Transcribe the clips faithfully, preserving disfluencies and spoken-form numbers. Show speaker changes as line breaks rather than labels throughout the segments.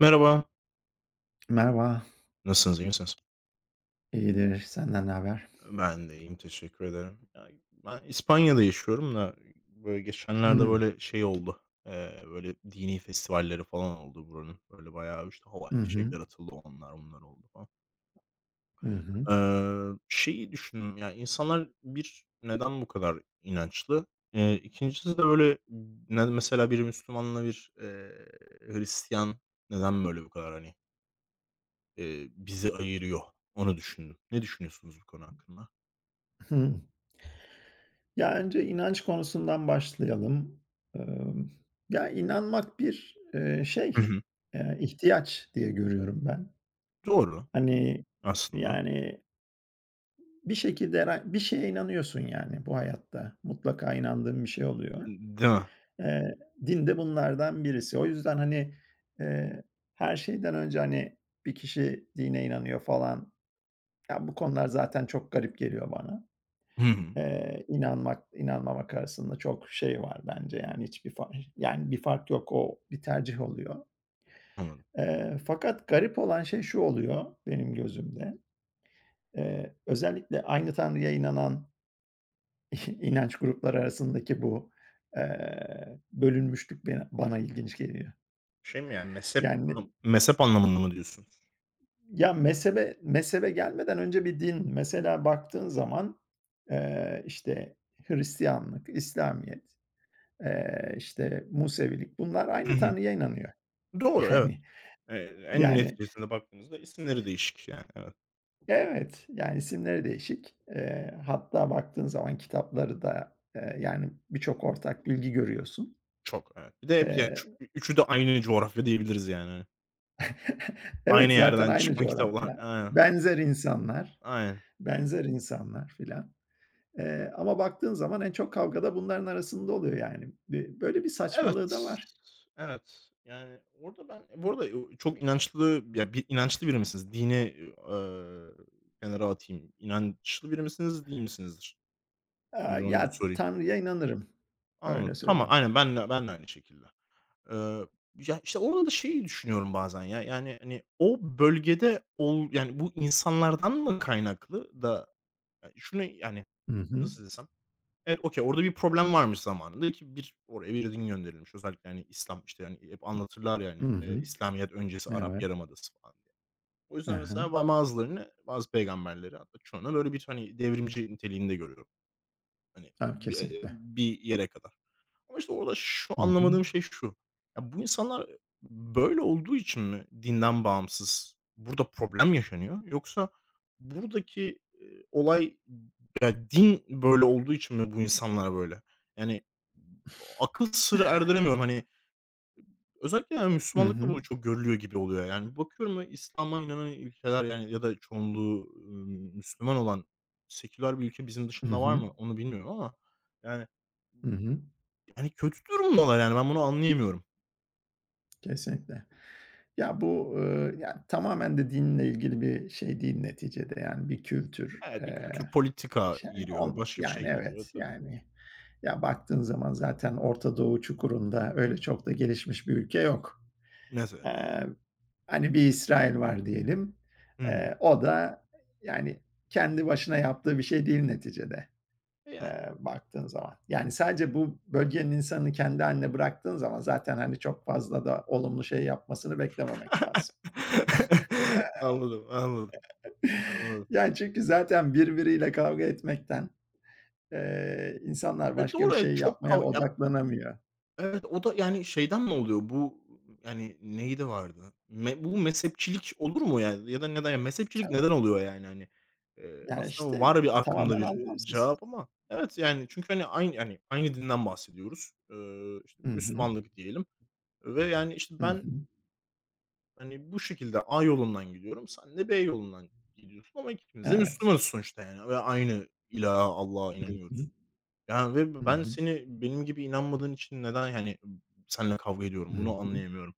Merhaba.
Merhaba,
Nasılsınız, iyi misiniz?
iyidir. Senden ne haber?
Ben de iyiyim, teşekkür ederim. Ya, ben İspanya'da yaşıyorum da böyle geçenlerde
Hımm.
böyle şey oldu. Eee, böyle dini festivalleri falan oldu buranın. Böyle bayağı işte havai
Hı hı.
fişekler atıldı onlar bunlar oldu falan.
Hı hı.
Eee, şeyi düşündüm yani insanlar bir neden bu kadar inançlı? Eee, ikincisi de böyle ne mesela bir Müslümanla bir, eee, Hristiyan neden böyle bu kadar hani, eee, bizi ayırıyor? Onu düşündüm. Ne düşünüyorsunuz bu konu hakkında?
Hıı. Ya, önce inanç konusundan başlayalım. Emm, Ya, inanmak bir, eee,
Hı
şey,
hı.
eee, ihtiyaç diye görüyorum ben.
Doğru
Hani,
aslında.
yani, bir şekilde hera bir şeye inanıyorsun, yani, bu hayatta. Mutlaka inandığın bir şey oluyor.
Değil mi?
Eee, Din de bunlardan birisi. O yüzden, hani, eee, her şeyden önce, hani, bir kişi dine inanıyor falan. Ya, bu konular zaten çok garip geliyor bana.
Hı hı.
Eee, inanmak, inanmamak arasında çok şey var bence, yani, hiçbir fa yani, bir fark yok. O bir tercih oluyor.
Anladım.
Eee, fakat garip olan şey şu oluyor benim gözümde. Eee, özellikle aynı Tanrı'ya inanan inanç grupları arasındaki bu, eee, bölünmüşlük beni bana ilginç geliyor.
Şey mi yani mezhep
Yani,
anlam mezhep anlamında mı diyorsun?
ya, mezhebe mezhebe gelmeden önce bir din, mesela baktığın zaman, eee, işte, Hristiyanlık, İslamiyet. Eee, işte, Musevilik bunlar
Hı
aynı
hı.
Tanrı'ya inanıyor.
Doğru, evet.
Yani
Eee, en
yani
neticesinde baktığımızda isimleri değişik yani, evet.
evet, yani isimleri değişik. Eee, hatta baktığın zaman kitapları da, eee, yani birçok ortak bilgi görüyorsun.
Çok, evet. Bir de hep yani çü
Eee.
üçü de aynı coğrafya diyebiliriz yani, hani. Aynı
Evet, zaten
yerden
aynı
çıkma kitaplar.
coğrafya,
Aynen,
benzer insanlar,
aynen.
benzer insanlar filan. Eee, ama baktığın zaman en çok kavgada bunların arasında oluyor yani. Bi böyle bir saçmalığı da
Evet,
var.
evet. Yani orada ben bu arada o çok inançlı ya bir inançlı biri misiniz? Dini, eee, kenara atayım. İnançlı biri misiniz, değil misinizdir?
Aaa,
Önce onu bir
ya,
sorayım.
Tanrı'ya inanırım, öyle
Anladım. Tamam,
söyleyeyim.
aynen ben de ben de aynı şekilde. Eee, ya, işte, orada da şeyi düşünüyorum bazen ya, yani, hani, o bölgede ol yani, bu insanlardan mı kaynaklı da ya, şunu, yani,
Hı hı.
nasıl desem, evet, okay, orada bir problem varmış zamanında ki bir oraya bir din gönderilmiş. Özellikle, yani İslam, işte, yani hep anlatırlar
Hı
yani
hı.
İslamiyet öncesi Arap
Evet.
Yarımadası falan diye. O
Hı
yüzden
hı.
mesela ba bazılarını, bazı peygamberleri hatta çoğunu böyle bir, hani, devrimci niteliğinde görüyorum. Hani,
Tabii,
bi
kesinlikle.
bir yere kadar. Ama işte orada şu
Hı hı.
anlamadığım şey şu: Ya, bu insanlar böyle olduğu için mi dinden bağımsız burada problem yaşanıyor? Yoksa buradaki, eee, olay ya, din böyle olduğu için mi bu insanlar böyle? Yani, akıl sırrı erdiremiyorum. Hani, özellikle, yani,
Hı
Müslümanlıkta
hı.
bu çok görülüyor gibi oluyor. Yani, bakıyorum ve İslam'a inanan ülkeler, yani, ya da çoğunluğu, ımm, Müslüman olan seküler bir ülke bizim
Hı
dışında var
hı.
mı onu bilmiyorum ama, yani,
Hı hı.
yani kötü durumdalar, yani, ben bunu anlayamıyorum.
Kesinlikle. Ya, bu, eee, ya, tamamen de dinle ilgili bir şey değil neticede, yani, bir kültür.
Evet, bir kültür,
Eee,
politika
şey
giriyor,
on
başka bir
yani,
şey giriyor
evet,
tabii.
yani, ya, baktığın zaman zaten Orta Doğu çukurunda öyle çok da gelişmiş bir ülke yok.
Mesela yani.
Eee, Hani, bir İsrail var diyelim.
Hı hı.
Eee, o da, yani, kendi başına yaptığı bir şey değil neticede.
Yani.
Eee, baktığın zaman. Yani sadece bu bölgenin insanını kendi hâline bıraktığın zaman zaten, hani, çok fazla da olumlu şey yapmasını beklememek lazım.
Anladım, anladım, anladım.
Yani, çünkü zaten birbiriyle kavga etmekten, eee, insanlar
E,
başka bir
doğru, evet,
şey
çok
yapmaya
kav ya,
odaklanamıyor.
evet, o da yani şeyden mi oluyor bu, yani neydi vardı? Me bu mezhepçilik olur mu yani ya da neden ya mezhepçilik neden oluyor yani hani? Eee,
Yani
aslında
işte,
var bir aklımda
tamamen
bir, eee,
anlamsız.
cevap ama evet, yani çünkü hani aynı yani aynı dinden bahsediyoruz. Eee, işte
Hı hı.
Müslümanlık diyelim ve yani işte
Hı
ben
hı.
hani, bu şekilde A yolundan gidiyorum, sen de B yolundan gidiyorsun ama ikimiz de
Evet.
Müslümanız sonuçta yani ve aynı ilaha, Allah'a
Hı
inanıyoruz.
hı.
Yani ve
Hı
ben
hı.
seni benim gibi inanmadığın için neden, yani, seninle kavga
Hı
ediyorum, bunu
hı.
anlayamıyorum.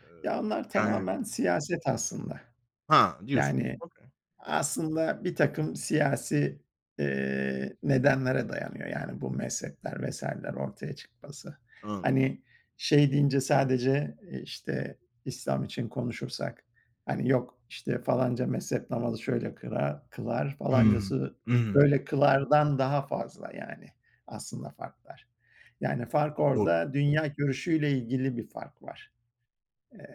Eee,
Ya, onlar
yani
tamamen siyaset aslında.
Ha, diyorsun.
Yani,
Okay,
aslında bir takım siyasi, eee, nedenlere dayanıyor, yani, bu mezhepler vesaire ler ortaya çıkması.
anladım.
Hani, şey deyince sadece, eee, işte, İslam için konuşursak, hani, yok, işte, falanca mezhep namazı şöyle kıra kılar,
Hımm.
falancası
Hı hı.
böyle kılardan daha fazla, yani, aslında farklar. Yani, fark
Doğru.
orada dünya görüşüyle ilgili bir fark var.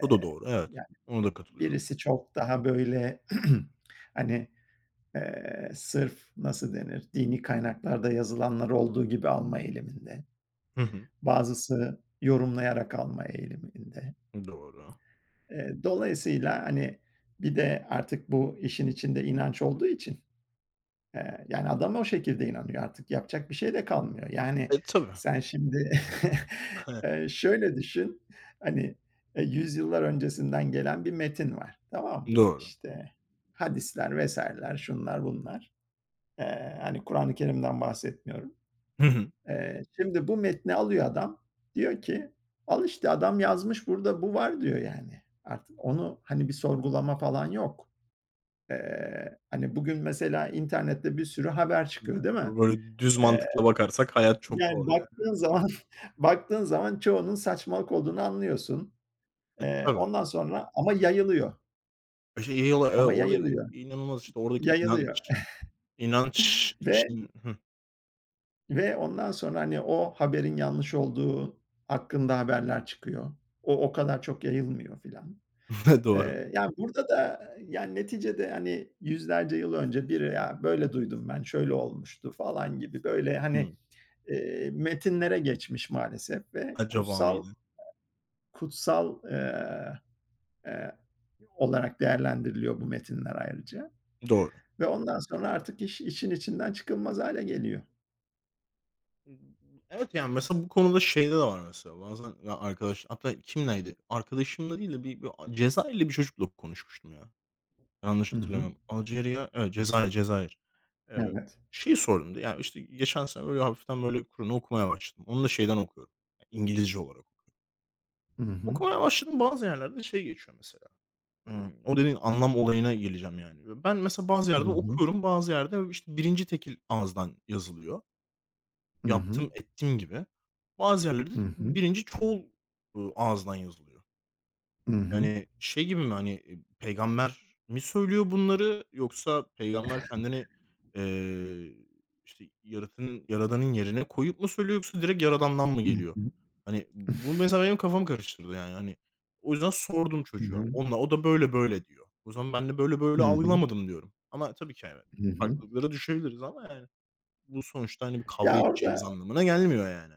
O da doğru, evet.
Yani,
Ona da katılıyorum.
birisi çok daha, böyle, hani, eee, sırf nasıl denir, dini kaynaklarda yazılanlar olduğu gibi alma eğiliminde.
Hı hı.
Bazısı yorumlayarak alma eğiliminde.
Doğru.
Eee, dolayısıyla, hani, bir de artık bu işin içinde inanç olduğu için, eee, yani, adam o şekilde inanıyor artık yapacak bir şey de kalmıyor. Yani,
E, tabii.
sen şimdi, eee, şöyle düşün, hani, eee, yüzyıllar öncesinden gelen bir metin var, tamam mı?
Doğru.
İşte, hadisler vesaire ler şunlar bunlar. Eee, hani, Kur'an-ı Kerim'den bahsetmiyorum.
Hı hı.
Eee, şimdi bu metni alıyor adam, diyor ki, "Al işte adam yazmış burada bu var." diyor yani. Artık onu, hani, bir sorgulama falan yok. Eee, hani, bugün mesela internette bir sürü haber çıkıyor,
Yani,
değil mi?
böyle düz
Eee,
mantıkla bakarsak hayat çok
Yani
kolay yani.
baktığın zaman baktığın zaman çoğunun saçmalık olduğunu anlıyorsun.
E,
Eee,
tabii.
ondan sonra ama yayılıyor,
İşte yiyorlar. Evet,
ama
orada
yayılıyor,
inanılmaz işte oradaki
yayılıyor
inanç. İnanç
ve
için Hıh.
ve ondan sonra, hani, o haberin yanlış olduğu hakkında haberler çıkıyor. O, o kadar çok yayılmıyor filan.
Doğru.
Eee, yani, burada da, yani, neticede, hani, yüzlerce yıl önce biri, "Ya, böyle duydum ben, şöyle olmuştu." falan gibi böyle, hani,
Hımm.
eee, metinlere geçmiş maalesef ve
Acaba
kutsal
mıydı?
kutsal, eee, eee, olarak değerlendiriliyor bu metinler ayrıca
Doğru.
ve ondan sonra artık iş işin içinden çıkılmaz hâle geliyor.
Evet, yani, mesela bu konuda şeyde de var mesela bazen ya arkadaş hatta kimleydi? Arkadaşımla değil de bir bir a Cezayirli bir çocukla konuşmuştum ya. Yanlış
Hı hı.
hatırlamıyorum. Alceria. Evet, Cezayir, Cezayir. Eee,
Evet.
Şeyi sordum. Ya, işte geçen sene böyle hafiften böyle Kur'an'ı okumaya başladım. Onu da şeyden okuyorum, İngilizce olarak.
Hı hı.
Okumaya başladım bazı yerlerde şey geçiyor mesela. Hımm. O dediğin anlam olayına geleceğim yani. Ben mesela bazı
Hı
yerde
hı.
okuyorum, bazı yerde, işte, birinci tekil ağızdan yazılıyor.
Hı hı.
Yaptım, ettim gibi. Bazı yerlerde de
Hı hı.
birinci çoğul, ııı, ağızdan yazılıyor.
Hı hı.
Yani, şey gibi mi, hani, eee, peygamber mi söylüyor bunları yoksa peygamber kendini, eee, işte, yaratının yaradanın yerine koyup mu söylüyor yoksa direkt yaradandan mı
Hı
geliyor?
hı.
Hani, bu mesela benim kafamı karıştırdı yani, hani. O yüzden sordum
Hı
çocuğa.
hı.
Onunla o da böyle böyle diyor. O zaman ben de böyle böyle
Hı hı.
algılamadım diyorum. Ama tabii ki, evet,
Hı hı.
farklılıklara düşebiliriz ama yani bu sonuçta, hani, bir kavga
Ya,
edeceğimiz
orada
anlamına gelmiyor yani.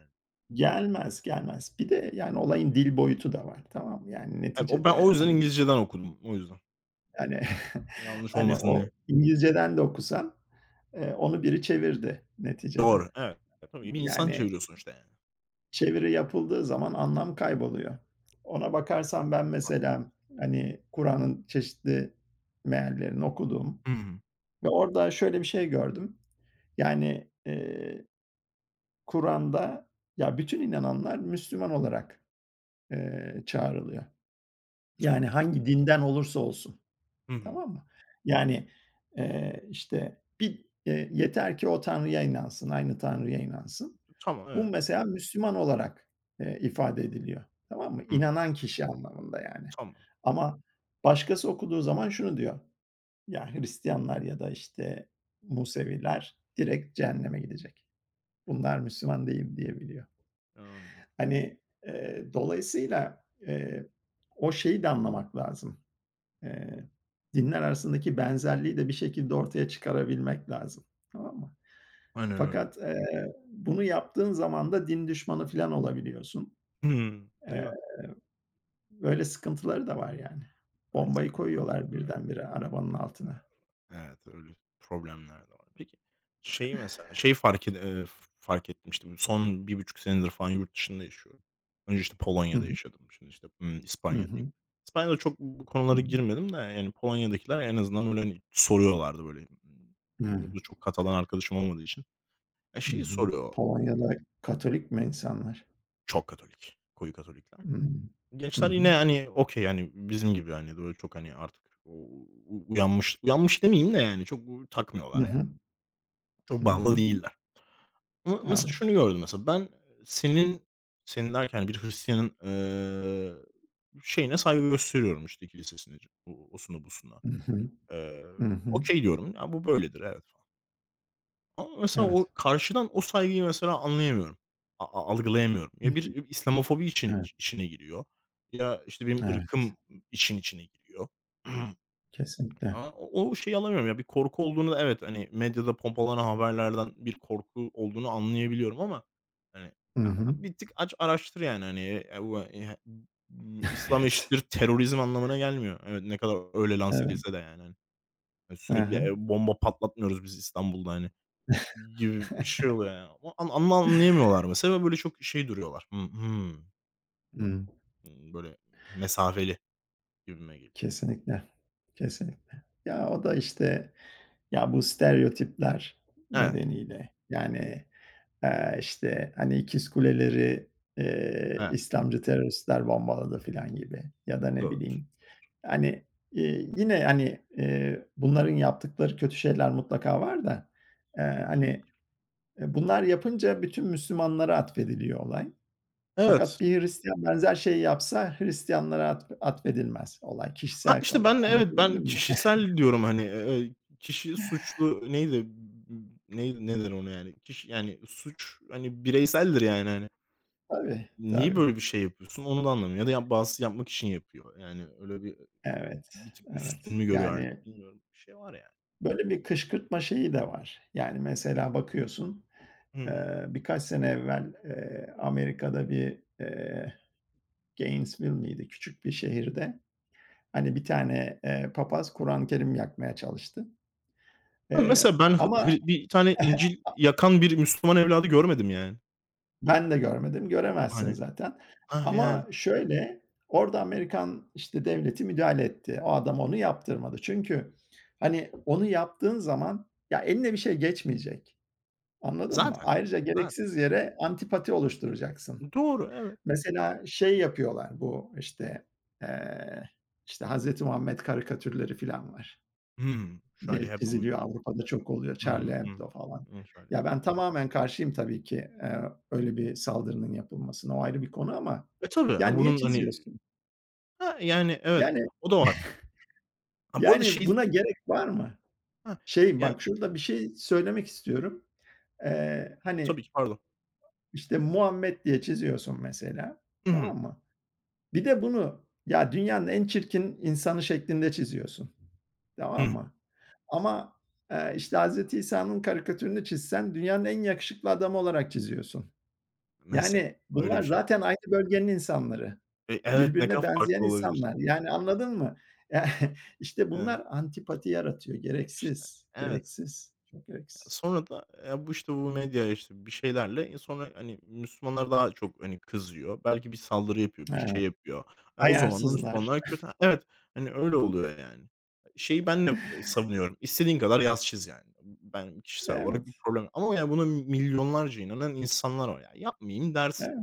gelmez, gelmez. Bir de, yani, olayın dil boyutu da var, tamam mı? Yani,
Hani, o ben o
neticede,
yüzden
hani,
İngilizceden okudum. O yüzden.
hani,
Yanlış
hani,
olmasın diye.
o İngilizceden de okusan, eee, onu biri çevirdi neticede.
Doğru, evet. E, tabii bir insan
Yani,
çeviriyor sonuçta yani.
çeviri yapıldığı zaman anlam kayboluyor. Ona bakarsan ben
Bak.
mesela, hani, Kur'an'ın çeşitli meallerini okudum
Hı hı.
ve orada şöyle bir şey gördüm. Yani, eee Kur'an'da, ya, bütün inananlar Müslüman olarak, eee, çağrılıyor.
Tamam.
Yani hangi dinden olursa olsun,
Hı hı.
tamam mı? Yani, eee, işte, bir, eee, yeter ki o Tanrı'ya inansın, aynı Tanrı'ya inansın.
Tamam,
Bu
evet.
mesela Müslüman olarak, eee, ifade ediliyor, tamam mı?
Hı hı.
İnanan kişi anlamında yani.
Tamam.
Ama başkası okuduğu zaman şunu diyor: "Ya, Hristiyanlar ya da, işte, Museviler direkt cehenneme gidecek. Bunlar Müslüman değil." diyebiliyor.
Emm,
Hani, eee, dolayısıyla, eee, o şeyi de anlamak lazım. Eee, Dinler arasındaki benzerliği de bir şekilde ortaya çıkarabilmek lazım. Tamam mı?
aynen öyle.
Fakat, eee, bunu yaptığın zaman da din düşmanı falan olabiliyorsun.
Hımm, değil
Eee,
mi?
Böyle sıkıntıları da var yani.
Öyle
Bombayı
sıkıntıları var
koyuyorlar birdenbire arabanın
ya.
altına.
Evet, öyle problemler de var. Peki, şeyi mesela, şeyi fark ed eee, fark etmiştim. Son bir buçuk senedir falan yurt dışında yaşıyorum. Önce, işte,
Hı
Polonya'da
hı.
yaşadım. Şimdi, işte, ımm,
Hı
İspanya'dayım.
hı.
İspanya'da çok bu
Hı
konulara
hı.
girmedim de yani Polonya'dakiler en azından, böyle, hani, soruyorlardı, böyle.
Hı hı.
Burada çok Katalan arkadaşım olmadığı için E, şeyi soruyor
Polonya'da Katolik mi insanlar?
çok Katolik, koyu Katolikler.
Hımm. Hı
Gençler yine,
hı.
hani, okay, yani bizim gibi, hani, böyle çok, hani, artık u u uyanmış, uyanmış demeyeyim de, yani, çok takmıyorlar
Hı
yani.
hı.
Çok
Hı hı.
bağlı
hı.
değiller. Ama mesela
Anladım.
şunu gördüm mesela ben senin, senin derken bir Hristiyan'ın, eee, şeyine saygı gösteriyorum, işte, kilisesine, o osuna, busuna.
Hı hı.
Eee,
Hı hı.
okay diyorum. Ya, bu böyledir, evet. Ama mesela o
Evet.
karşıdan o saygıyı mesela anlayamıyorum. A a Algılayamıyorum.
Hı
Ya
hı.
bir İslamofobi için
Evet,
iç içine giriyor ya, işte, benim
evet.
ırkım için içine giriyor.
Kesinlikle.
Ama o o şeyi alamıyorum ya. Bir korku olduğunu da evet, hani, medyada pompalanan haberlerden bir korku olduğunu anlayabiliyorum ama, hani,
Hı
ya
hı.
bir tık aç araştır yani, hani, eee, bu, eee, ımm, İslam
Evet.
eşittir terörizm anlamına gelmiyor. Evet, ne kadar öyle lanse
Evet.
edilse de yani, hani.
Hı
Sürekli,
hı.
eee, bomba patlatmıyoruz biz İstanbul'da, hani. Gibi bir şey oluyor yani ama an ama anlayamıyorlar mesela ve böyle çok şey duruyorlar. Hı hı. Hımm,
Hımm.
böyle mesafeli gibime geliyor.
Kesinlikle, kesinlikle. Ya, o da, işte, ya, bu stereotipler
Evet,
nedeniyle, yani, eee, işte, hani, İkizkuleleri, eee,
evet,
İslamcı teröristler bombaladı filan gibi ya da ne
doğrudur.
bileyim, hani, eee, yine, hani, eee, bunların yaptıkları kötü şeyler mutlaka var da, eee, hani. Eee, bunlar yapınca bütün Müslümanlara atfediliyor olay.
Evet.
Fakat bir Hristiyan benzer şeyi yapsa Hristiyanlara atf atfedilmez olay.
Ha,
Kişisel
işte
kalır.
ben de evet, ben
Anlatabildim mi?
kişisel diyorum hani, eee, kişi suçlu neydi? Neydi ne denir ona yani? Kişi yani suç hani bireyseldir yani hani.
Tabii,
Niye
tabii.
böyle bir şey yapıyorsun onu da anlamıyorum ya da yap bazısı yapmak için yapıyor. Yani öyle bir
Evet,
bir tık üstün
evet.
mü görüyor artık
Yani,
bilmiyorum. Bir şey var yani.
böyle bir kışkırtma şeyi de var. Yani, mesela bakıyorsun,
Hı hı.
eee, birkaç sene evvel, eee, Amerika'da bir, eee, Gainesville miydi? Küçük bir şehirde, hani, bir tane, eee, papaz Kur'an-ı Kerim yakmaya çalıştı. Eee,
Mesela ben hı hı
ama.
bir tane İncil yakan bir Müslüman evladı görmedim yani.
Ben de görmedim, göremezsin
Hani,
zaten
hah, yani.
ama şöyle, orada Amerikan, işte, devleti müdahale etti. O adam onu yaptırmadı. Çünkü, hani, onu yaptığın zaman ya, eline bir şey geçmeyecek, anladın mı?
Zaten.
Ayrıca
Zaten.
gereksiz yere antipati oluşturacaksın.
Doğru, evet.
Mesela şey yapıyorlar bu, işte, eee, işte, Hazreti Muhammed karikatürleri filan var
Hımm. Charlie
diye
Hebdo muydu?
çiziliyor. Avrupa'da çok oluyor. Charlie
Hımm, hımm.
Hebdo falan.
Hımm, Charlie
Ya,
Hebdo.
ben tamamen karşıyım tabii ki, eee, öyle bir saldırının yapılmasına. O ayrı bir konu ama
E, tabii,
ya,
ha,
niye
bunun, hani,
çiziyorsun?
ha, yani, evet,
Yani
o da var. Ha, bu arada
yani
şey.
buna gerek var mı?
Hah,
Şey,
ya,
bak şurada bir şey söylemek istiyorum. Eee, hani,
tabii ki, pardon.
işte, Muhammed diye çiziyorsun mesela,
Hı
tamam
hı.
mı? Bir de bunu ya dünyanın en çirkin insanı şeklinde çiziyorsun. Tamam
Hıh.
mı? Ama, eee, işte, Hazreti İsa'nın karikatürünü çizsen dünyanın en yakışıklı adamı olarak çiziyorsun.
Mesela.
Yani
Öyle bir
bunlar
şey de
zaten
var.
aynı bölgenin insanları.
E, evet, ne
Birbirine
kadar
benzeyen
farklı olabilir.
insanlar. Yani anladın mı? Ya, işte,
Yani.
bunlar antipati yaratıyor.
E, işte.
Gereksiz,
Evet.
gereksiz, çok gereksiz.
Sonra da, eee, bu, işte, bu medya, işte, bir şeylerle, eee, sonra, hani, Müslümanlar daha çok, hani, kızıyor. Belki bir saldırı yapıyor, bir şey
Evet,
yapıyor. Ya, o zaman da
ayarsızlar.
Müslümanlar kötü. Ha, evet, hani, öyle oluyor, yani. Şeyi ben de savunuyorum. İstediğin kadar yaz çiz, yani. Ben kişisel olarak bir
Evet,
problem. Ama, ya, buna milyonlarca inanan insanlar var. Ya, yapmayayım dersin.
evet.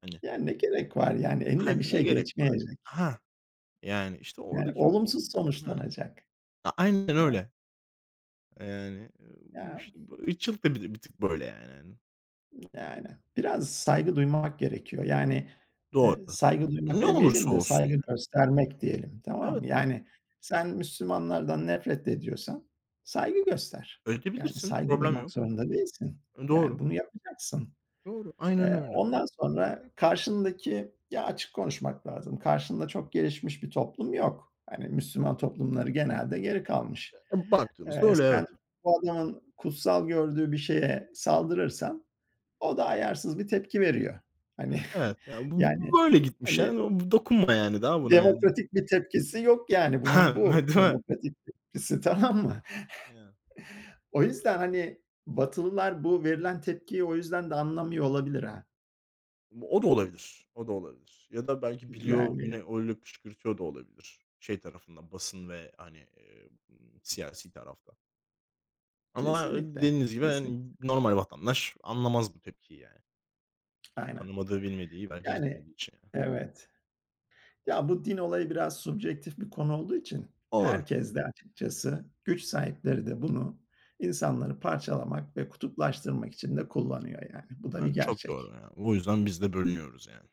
Hani,
Yani ne gerek var? Yani eline bir
hani, ne
şey
gerek var?
geçmeyecek.
Ha yani, işte,
Yani
oradaki o
olumsuz
yani,
sonuçlanacak.
A aynen
Ya,
öyle. Yani, eee, bu,
ya
işte, bu ırkçılık da bir bir tık böyle, yani, hani.
Yani, biraz saygı duymak gerekiyor. Yani, eee,
Doğru.
saygı duymak
Ne olursa
demeyelim de
olsun
saygı
yani.
göstermek diyelim, tamam
Evet,
mı?
evet.
Yani, sen Müslümanlardan nefret ediyorsan saygı göster. Yani,
Ödeyebilirsin,
saygı
problem
duymak
yok.
zorunda değilsin. Yani,
Doğru,
bunu yapacaksın.
doğru. Aynen
Eee,
öyle.
ondan sonra karşındaki ya, açık konuşmak lazım. Karşında çok gelişmiş bir toplum yok. Hani, Müslüman toplumları genelde geri kalmış.
E, baktığımızda
Eee,
öyle evet.
sen bu adamın kutsal gördüğü bir şeye saldırırsan o da ayarsız bir tepki veriyor.
E,
Hani,
evet, ya, bu bu bu
yani,
böyle gitmiş
hani,
yani. O- Bu dokunma yani daha buna yani.
demokratik bir tepkisi yok yani
Ha,
bunun bu.
değil mi?
Demokratik tepkisi, tamam mı?
Ya.
O yüzden, hani, Batılılar bu verilen tepkiyi o yüzden de anlamıyor olabilir ha.
O da olabilir, o da olabilir. Ya da belki biliyor
Yani
yine öyle kışkırtıyor da olabilir. Şey tarafından basın ve hani, eee, siyasi tarafta. Ama e,
kesinlikle,
dediğiniz gibi
kesin
hani normal vatandaş anlamaz bu tepkiyi yani.
aynen.
Tanımadığı, bilmediği belki
Yani,
gitmediği için yani.
evet. Ya, bu din olayı biraz subjektif bir konu olduğu için
Doğru.
herkes de açıkçası güç sahipleri de bunu insanları parçalamak ve kutuplaştırmak için de kullanıyor yani. Bu da bir
Yani, çok doğru,
gerçek.
yani. O yüzden biz de bölünüyoruz, yani.